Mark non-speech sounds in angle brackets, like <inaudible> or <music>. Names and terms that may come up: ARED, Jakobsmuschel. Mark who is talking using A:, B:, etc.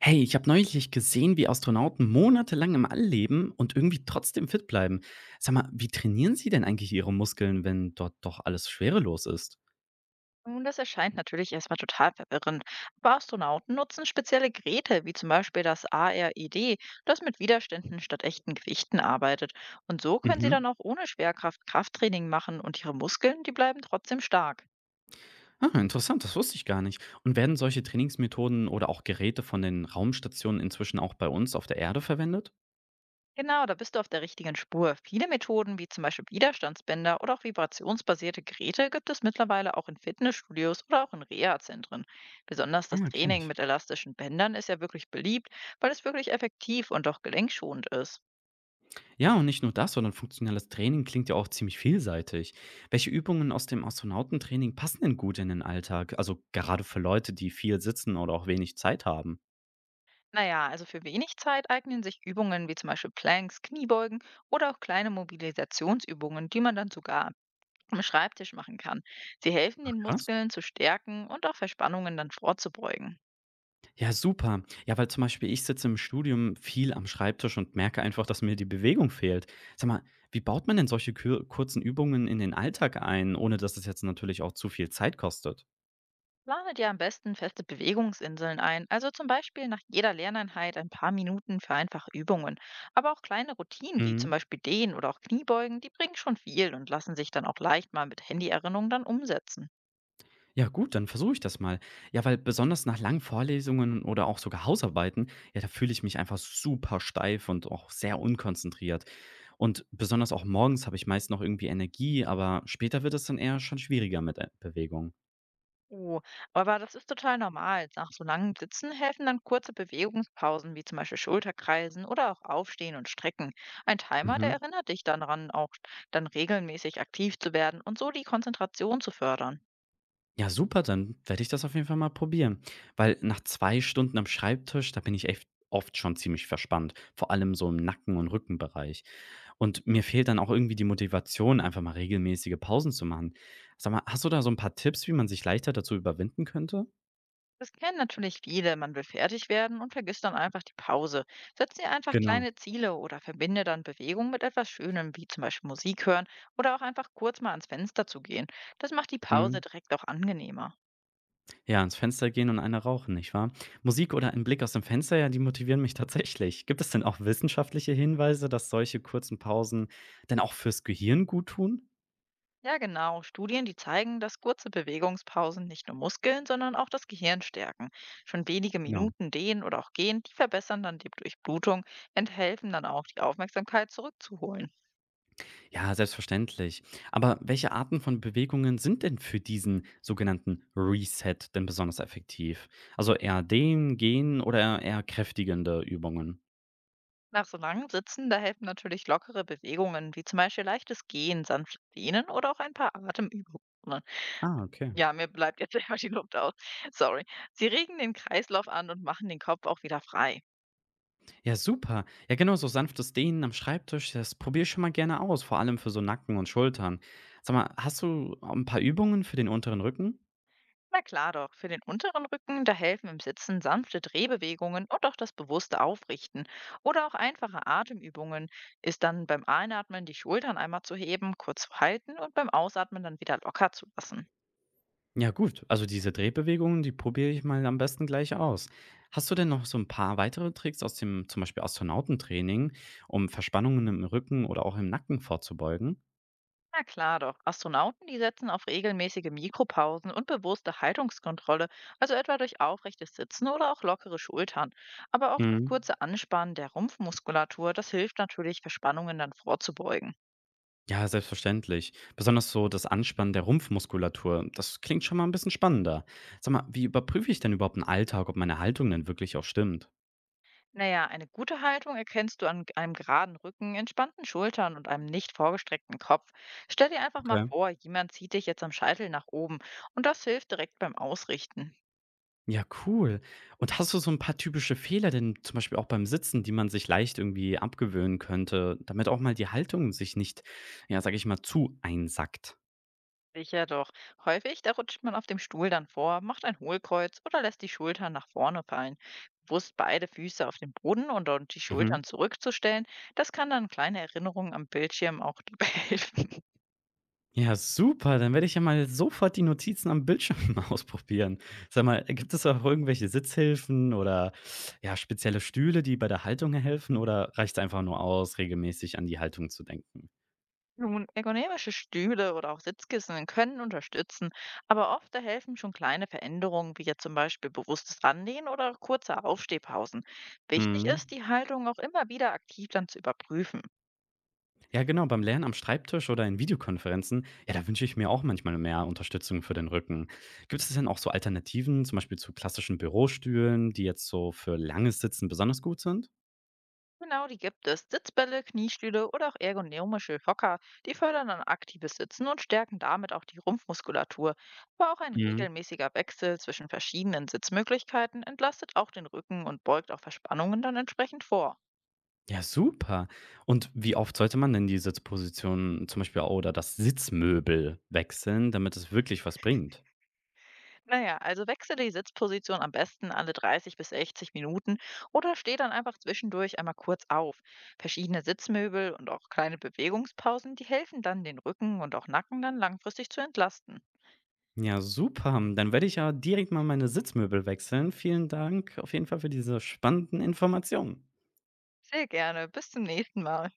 A: Hey, ich habe neulich gesehen, wie Astronauten monatelang im All leben und irgendwie trotzdem fit bleiben. Sag mal, wie trainieren sie denn eigentlich ihre Muskeln, wenn dort doch alles schwerelos ist?
B: Nun, das erscheint natürlich erstmal total verwirrend. Aber Astronauten nutzen spezielle Geräte, wie zum Beispiel das ARED, das mit Widerständen statt echten Gewichten arbeitet. Und so können sie
A: Mhm.
B: dann auch ohne Schwerkraft Krafttraining machen und ihre Muskeln, die bleiben trotzdem stark.
A: Ah, interessant, das wusste ich gar nicht. Und werden solche Trainingsmethoden oder auch Geräte von den Raumstationen inzwischen auch bei uns auf der Erde verwendet?
B: Genau, da bist du auf der richtigen Spur. Viele Methoden, wie zum Beispiel Widerstandsbänder oder auch vibrationsbasierte Geräte, gibt es mittlerweile auch in Fitnessstudios oder auch in Reha-Zentren. Besonders das
A: Ah, kenne
B: Training
A: ich.
B: mit elastischen Bändern ist ja wirklich beliebt, weil es wirklich effektiv und auch gelenkschonend ist.
A: Ja, und nicht nur das, sondern funktionelles Training klingt ja auch ziemlich vielseitig. Welche Übungen aus dem Astronautentraining passen denn gut in den Alltag? Also gerade für Leute, die viel sitzen oder auch wenig Zeit haben.
B: Naja, also für wenig Zeit eignen sich Übungen wie zum Beispiel Planks, Kniebeugen oder auch kleine Mobilisationsübungen, die man dann sogar am Schreibtisch machen kann. Sie helfen den
A: Krass.
B: Muskeln zu stärken und auch Verspannungen dann vorzubeugen.
A: Ja, super. Ja, weil zum Beispiel ich sitze im Studium viel am Schreibtisch und merke einfach, dass mir die Bewegung fehlt. Sag mal, wie baut man denn solche kür kurzen Übungen in den Alltag ein, ohne dass es jetzt natürlich auch zu viel Zeit kostet?
B: Plane dir am besten feste Bewegungsinseln ein, also zum Beispiel nach jeder Lerneinheit ein paar Minuten für einfache Übungen. Aber auch kleine Routinen wie
A: Mhm.
B: zum Beispiel Dehnen oder auch Kniebeugen, die bringen schon viel und lassen sich dann auch leicht mal mit Handyerinnerung dann umsetzen.
A: Ja, gut, dann versuche ich das mal. Ja, weil besonders nach langen Vorlesungen oder auch sogar Hausarbeiten, ja, da fühle ich mich einfach super steif und auch sehr unkonzentriert. Und besonders auch morgens habe ich meist noch irgendwie Energie, aber später wird es dann eher schon schwieriger mit Bewegung.
B: Oh, aber das ist total normal. Nach so langen Sitzen helfen dann kurze Bewegungspausen, wie zum Beispiel Schulterkreisen oder auch Aufstehen und Strecken. Ein Timer, der
A: Mhm.
B: erinnert dich dann daran, auch dann regelmäßig aktiv zu werden und so die Konzentration zu fördern.
A: Ja, super, dann werde ich das auf jeden Fall mal probieren. Weil nach 2 Stunden am Schreibtisch, da bin ich echt oft schon ziemlich verspannt, vor allem so im Nacken und Rückenbereich. Und mir fehlt dann auch irgendwie die Motivation, einfach mal regelmäßige Pausen zu machen. Sag mal, hast du da so ein paar Tipps, wie man sich leichter dazu überwinden könnte?
B: Das kennen natürlich viele. Man will fertig werden und vergisst dann einfach die Pause. Setz dir einfach
A: Genau.
B: kleine Ziele oder verbinde dann Bewegung mit etwas Schönem, wie zum Beispiel Musik hören oder auch einfach kurz mal ans Fenster zu gehen. Das macht die
A: Mhm.
B: Pause direkt auch angenehmer.
A: Ja, ins Fenster gehen und eine rauchen, nicht wahr? Musik oder ein Blick aus dem Fenster, ja, die motivieren mich <laughs> tatsächlich. Gibt es denn auch wissenschaftliche Hinweise, dass solche kurzen Pausen denn auch fürs Gehirn gut tun?
B: Ja, genau. Studien, die zeigen, dass kurze Bewegungspausen nicht nur Muskeln, sondern auch das Gehirn stärken. Schon wenige
A: Genau.
B: Minuten dehnen oder auch gehen, die verbessern dann die Durchblutung und helfen dann auch, die Aufmerksamkeit zurückzuholen.
A: Ja, selbstverständlich. Aber welche Arten von Bewegungen sind denn für diesen sogenannten Reset denn besonders effektiv? Also eher dehnen, gehen oder eher kräftigende Übungen?
B: Nach so langem Sitzen, da helfen natürlich lockere Bewegungen, wie zum Beispiel leichtes Gehen, sanftes Dehnen oder auch ein paar Atemübungen.
A: Ah, okay.
B: Ja, mir bleibt jetzt <laughs> immer die Luft aus. Sorry. Sie regen den Kreislauf an und machen den Kopf auch wieder frei.
A: Ja, super. Ja, genau, so sanftes Dehnen am Schreibtisch, das probiere ich schon mal gerne aus, vor allem für so Nacken und Schultern. Sag mal, hast du ein paar Übungen für den unteren Rücken?
B: Na klar doch, für den unteren Rücken, da helfen im Sitzen sanfte Drehbewegungen und auch das bewusste Aufrichten. Oder auch einfache Atemübungen ist dann beim Einatmen die Schultern einmal zu heben, kurz zu halten und beim Ausatmen dann wieder locker zu lassen.
A: Ja gut, also diese Drehbewegungen, die probiere ich mal am besten gleich aus. Hast du denn noch so ein paar weitere Tricks aus dem zum Beispiel Astronautentraining, um Verspannungen im Rücken oder auch im Nacken vorzubeugen?
B: Na klar doch, Astronauten, die setzen auf regelmäßige Mikropausen und bewusste Haltungskontrolle, also etwa durch aufrechtes Sitzen oder auch lockere Schultern. Aber auch das
A: Mhm.
B: kurze Anspannen der Rumpfmuskulatur, das hilft natürlich, Verspannungen dann vorzubeugen.
A: Ja, selbstverständlich. Besonders so das Anspannen der Rumpfmuskulatur, das klingt schon mal ein bisschen spannender. Sag mal, wie überprüfe ich denn überhaupt im Alltag, ob meine Haltung denn wirklich auch stimmt?
B: Naja, eine gute Haltung erkennst du an einem geraden Rücken, entspannten Schultern und einem nicht vorgestreckten Kopf. Stell dir einfach mal
A: Okay.
B: vor, jemand zieht dich jetzt am Scheitel nach oben und das hilft direkt beim Ausrichten.
A: Ja, cool. Und hast du so ein paar typische Fehler denn zum Beispiel auch beim Sitzen, die man sich leicht irgendwie abgewöhnen könnte, damit auch mal die Haltung sich nicht, ja, sag ich mal, zu einsackt?
B: Sicher doch. Häufig, da rutscht man auf dem Stuhl dann vor, macht ein Hohlkreuz oder lässt die Schultern nach vorne fallen. Bewusst beide Füße auf den Boden und die
A: Mhm.
B: Schultern zurückzustellen, das kann dann kleine Erinnerungen am Bildschirm auch <laughs> dabei helfen.
A: Ja, super, dann werde ich ja mal sofort die Notizen am Bildschirm <laughs> ausprobieren. Sag mal, gibt es auch irgendwelche Sitzhilfen oder, ja, spezielle Stühle, die bei der Haltung helfen oder reicht es einfach nur aus, regelmäßig an die Haltung zu denken?
B: Nun, ergonomische Stühle oder auch Sitzkissen können unterstützen, aber oft da helfen schon kleine Veränderungen, wie jetzt zum Beispiel bewusstes Anlehnen oder kurze Aufstehpausen. Wichtig
A: Mhm.
B: ist, die Haltung auch immer wieder aktiv dann zu überprüfen.
A: Ja, genau, beim Lernen am Schreibtisch oder in Videokonferenzen, ja, da wünsche ich mir auch manchmal mehr Unterstützung für den Rücken. Gibt es denn auch so Alternativen, zum Beispiel zu klassischen Bürostühlen, die jetzt so für langes Sitzen besonders gut sind?
B: Genau, die gibt es. Sitzbälle, Kniestühle oder auch ergonomische Hocker, die fördern dann aktives Sitzen und stärken damit auch die Rumpfmuskulatur. Aber auch ein
A: Mhm.
B: regelmäßiger Wechsel zwischen verschiedenen Sitzmöglichkeiten entlastet auch den Rücken und beugt auch Verspannungen dann entsprechend vor.
A: Ja, super. Und wie oft sollte man denn die Sitzposition zum Beispiel oder das Sitzmöbel wechseln, damit es wirklich was bringt?
B: Naja, also wechsle die Sitzposition am besten alle 30 bis 60 Minuten oder steh dann einfach zwischendurch einmal kurz auf. Verschiedene Sitzmöbel und auch kleine Bewegungspausen, die helfen dann, den Rücken und auch Nacken dann langfristig zu entlasten.
A: Ja, super. Dann werde ich ja direkt mal meine Sitzmöbel wechseln. Vielen Dank auf jeden Fall für diese spannenden Informationen.
B: Sehr gerne, bis zum nächsten Mal.